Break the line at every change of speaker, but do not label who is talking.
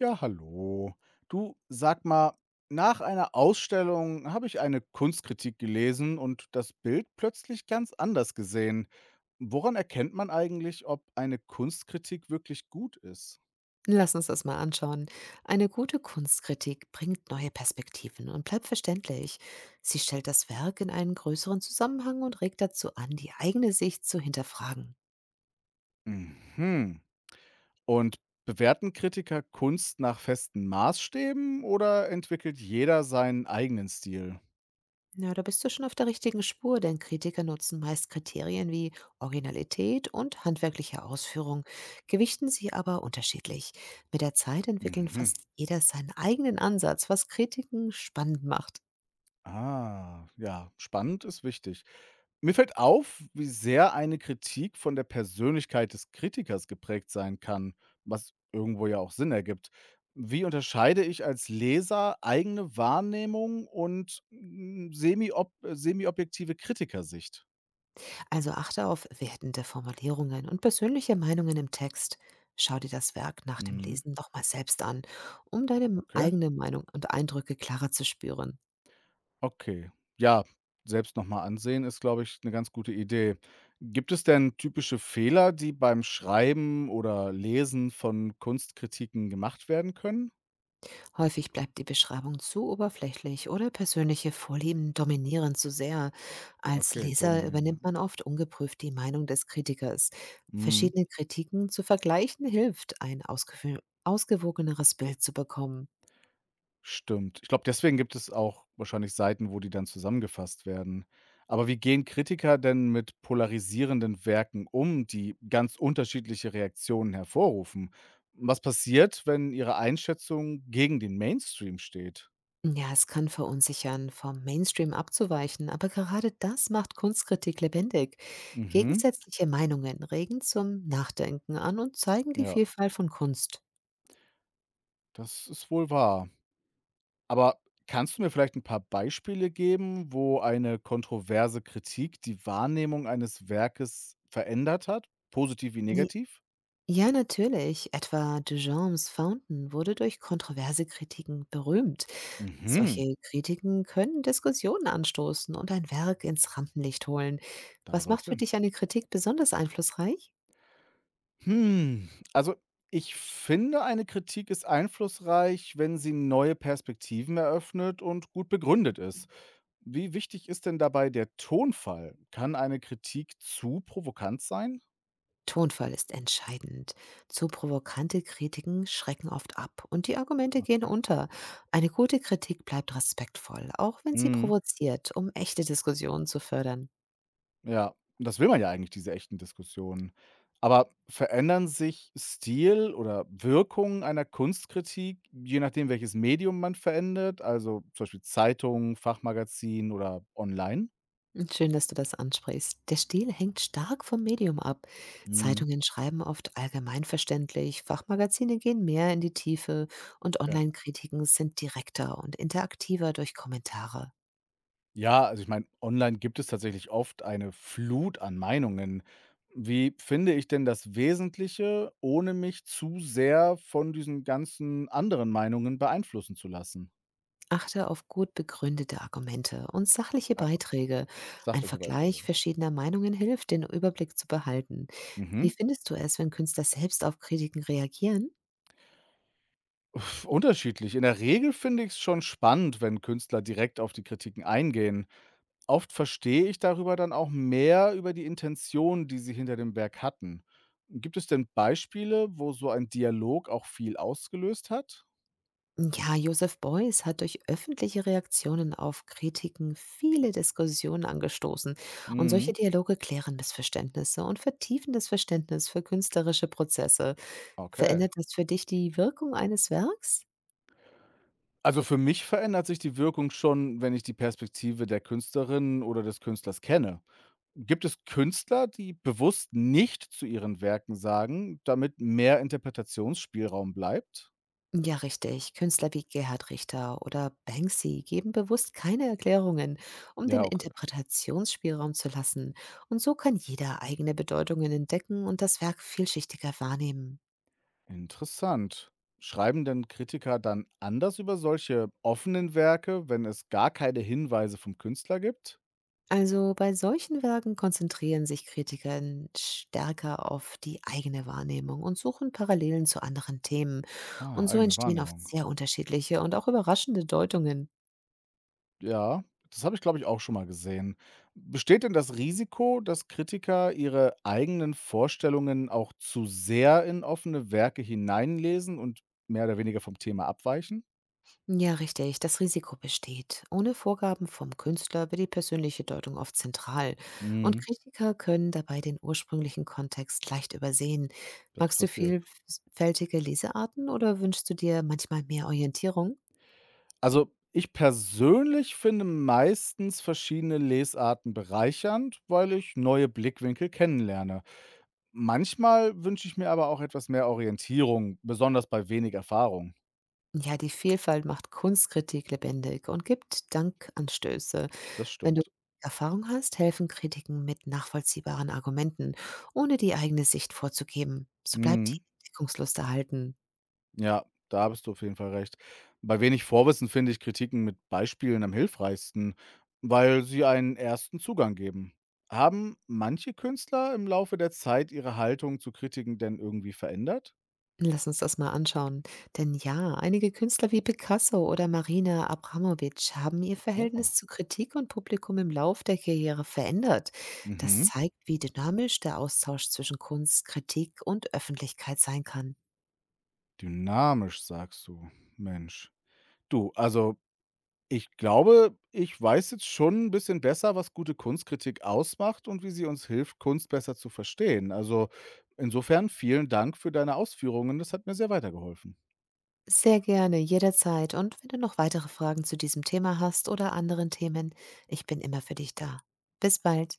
Ja, hallo. Du, sag mal, nach einer Ausstellung habe ich eine Kunstkritik gelesen und das Bild plötzlich ganz anders gesehen. Woran erkennt man eigentlich, ob eine Kunstkritik wirklich gut ist?
Lass uns das mal anschauen. Eine gute Kunstkritik bringt neue Perspektiven und bleibt verständlich. Sie stellt das Werk in einen größeren Zusammenhang und regt dazu an, die eigene Sicht zu hinterfragen.
Mhm. Und bewerten Kritiker Kunst nach festen Maßstäben oder entwickelt jeder seinen eigenen Stil?
Ja, da bist du schon auf der richtigen Spur, denn Kritiker nutzen meist Kriterien wie Originalität und handwerkliche Ausführung, gewichten sie aber unterschiedlich. Mit der Zeit entwickeln
Mhm.
fast jeder seinen eigenen Ansatz, was Kritiken spannend macht.
Ah, ja, spannend ist wichtig. Mir fällt auf, wie sehr eine Kritik von der Persönlichkeit des Kritikers geprägt sein kann, was irgendwo ja auch Sinn ergibt. Wie unterscheide ich als Leser eigene Wahrnehmung und semi-objektive Kritikersicht?
Also achte auf wertende Formulierungen und persönliche Meinungen im Text. Schau dir das Werk nach dem
Mhm.
Lesen nochmal selbst an, um deine
Okay.
eigene Meinung und Eindrücke klarer zu spüren.
Okay. Ja, selbst nochmal ansehen ist, glaube ich, eine ganz gute Idee. Gibt es denn typische Fehler, die beim Schreiben oder Lesen von Kunstkritiken gemacht werden können?
Häufig bleibt die Beschreibung zu oberflächlich oder persönliche Vorlieben dominieren zu sehr. Als
Okay,
Leser
dominieren,
übernimmt
ja.
man oft ungeprüft die Meinung des Kritikers.
Mhm,
Verschiedene Kritiken zu vergleichen hilft, ein ausgewogeneres Bild zu bekommen.
stimmt. Ich glaube, deswegen gibt es auch wahrscheinlich Seiten, wo die dann zusammengefasst werden. Aber wie gehen Kritiker denn mit polarisierenden Werken um, die ganz unterschiedliche Reaktionen hervorrufen? Was passiert, wenn ihre Einschätzung gegen den Mainstream steht?
Ja, es kann verunsichern, vom Mainstream abzuweichen, aber gerade das macht Kunstkritik lebendig.
Mhm,
Gegensätzliche Meinungen regen zum Nachdenken an und zeigen die
ja.
Vielfalt von Kunst.
Das ist wohl wahr. Aber kannst du mir vielleicht ein paar Beispiele geben, wo eine kontroverse Kritik die Wahrnehmung eines Werkes verändert hat, positiv wie
Ni-
negativ?
Ja, natürlich. Etwa Duchamps Fountain wurde durch kontroverse Kritiken berühmt.
Mhm,
Solche Kritiken können Diskussionen anstoßen und ein Werk ins Rampenlicht holen.
da
Was
soll's
macht für
hin.
dich eine Kritik besonders einflussreich?
Hm, also, ich finde, eine Kritik ist einflussreich, wenn sie neue Perspektiven eröffnet und gut begründet ist. Wie wichtig ist denn dabei der Tonfall? Kann eine Kritik zu provokant sein?
Tonfall ist entscheidend. Zu provokante Kritiken schrecken oft ab und die Argumente gehen
Okay.
unter. Eine gute Kritik bleibt respektvoll, auch wenn sie
Mhm.
provoziert, um echte Diskussionen zu fördern.
Ja, das will man ja eigentlich, diese echten Diskussionen. Aber verändern sich Stil oder Wirkung einer Kunstkritik, je nachdem, welches Medium man verändert, also zum Beispiel Zeitung, Fachmagazin oder online?
Schön, dass du das ansprichst. Der Stil hängt stark vom Medium ab.
Mhm.
Zeitungen schreiben oft allgemeinverständlich, Fachmagazine gehen mehr in die Tiefe und
Okay.
Online-Kritiken sind direkter und interaktiver durch Kommentare.
Ja, also ich meine, online gibt es tatsächlich oft eine Flut an Meinungen. Wie finde ich denn das Wesentliche, ohne mich zu sehr von diesen ganzen anderen Meinungen beeinflussen zu lassen?
Achte auf gut begründete Argumente und sachliche
Äh,
Beiträge. Ein
Sachliche Beiträge,
Vergleich
okay.
verschiedener Meinungen hilft, den Überblick zu behalten. Wie
Mhm.
findest du es, wenn Künstler selbst auf Kritiken reagieren?
Uff, unterschiedlich. In der Regel finde ich es schon spannend, wenn Künstler direkt auf die Kritiken eingehen. Oft verstehe ich darüber dann auch mehr über die Intention, die sie hinter dem Werk hatten. Gibt es denn Beispiele, wo so ein Dialog auch viel ausgelöst hat?
Ja, Joseph Beuys hat durch öffentliche Reaktionen auf Kritiken viele Diskussionen angestoßen. Und solche
Mhm.
Dialoge klären Missverständnisse und vertiefen das Verständnis für künstlerische Prozesse.
Okay.
Verändert das für dich die Wirkung eines Werks?
Also für mich verändert sich die Wirkung schon, wenn ich die Perspektive der Künstlerin oder des Künstlers kenne. Gibt es Künstler, die bewusst nicht zu ihren Werken sagen, damit mehr Interpretationsspielraum bleibt?
Ja, richtig. Künstler wie Gerhard Richter oder Banksy geben bewusst keine Erklärungen, um
Ja,
den Interpretationsspielraum zu lassen. Und so kann jeder eigene Bedeutungen entdecken und das Werk vielschichtiger wahrnehmen.
interessant. Schreiben denn Kritiker dann anders über solche offenen Werke, wenn es gar keine Hinweise vom Künstler gibt?
Also bei solchen Werken konzentrieren sich Kritiker stärker auf die eigene Wahrnehmung und suchen Parallelen zu anderen Themen.
Ah,
Und so
eigene
entstehen oft
Wahrnehmung.
sehr unterschiedliche und auch überraschende Deutungen.
Ja, das habe ich, glaube ich, auch schon mal gesehen. Besteht denn das Risiko, dass Kritiker ihre eigenen Vorstellungen auch zu sehr in offene Werke hineinlesen und mehr oder weniger vom Thema abweichen?
Ja, richtig. Das Risiko besteht. Ohne Vorgaben vom Künstler wird die persönliche Deutung oft zentral. Und
Mhm,
Kritiker können dabei den ursprünglichen Kontext leicht übersehen.
das
Magst du
passiert.
vielfältige Lesearten oder wünschst du dir manchmal mehr Orientierung?
Also, ich persönlich finde meistens verschiedene Lesarten bereichernd, weil ich neue Blickwinkel kennenlerne. Manchmal wünsche ich mir aber auch etwas mehr Orientierung, besonders bei wenig Erfahrung.
Ja, die Vielfalt macht Kunstkritik lebendig und gibt Dankanstöße.
Das
Wenn du
stimmt.
Erfahrung hast, helfen Kritiken mit nachvollziehbaren Argumenten, ohne die eigene Sicht vorzugeben. So bleibt die
Mhm.
Entdeckungslust erhalten.
Ja, da bist du auf jeden Fall recht. Bei wenig Vorwissen finde ich Kritiken mit Beispielen am hilfreichsten, weil sie einen ersten Zugang geben. Haben manche Künstler im Laufe der Zeit ihre Haltung zu Kritiken denn irgendwie verändert?
Lass uns das mal anschauen. Denn ja, einige Künstler wie Picasso oder Marina Abramovic haben ihr
Oh.
Verhältnis zu Kritik und Publikum im Lauf der Karriere verändert. Das
Mhm.
zeigt, wie dynamisch der Austausch zwischen Kunst, Kritik und Öffentlichkeit sein kann.
Dynamisch, sagst du. Mensch. Du, also, ich glaube, ich weiß jetzt schon ein bisschen besser, was gute Kunstkritik ausmacht und wie sie uns hilft, Kunst besser zu verstehen. Also, insofern vielen Dank für deine Ausführungen. Das hat mir sehr weitergeholfen.
Sehr gerne, jederzeit. Und wenn du noch weitere Fragen zu diesem Thema hast oder anderen Themen, ich bin immer für dich da. Bis bald.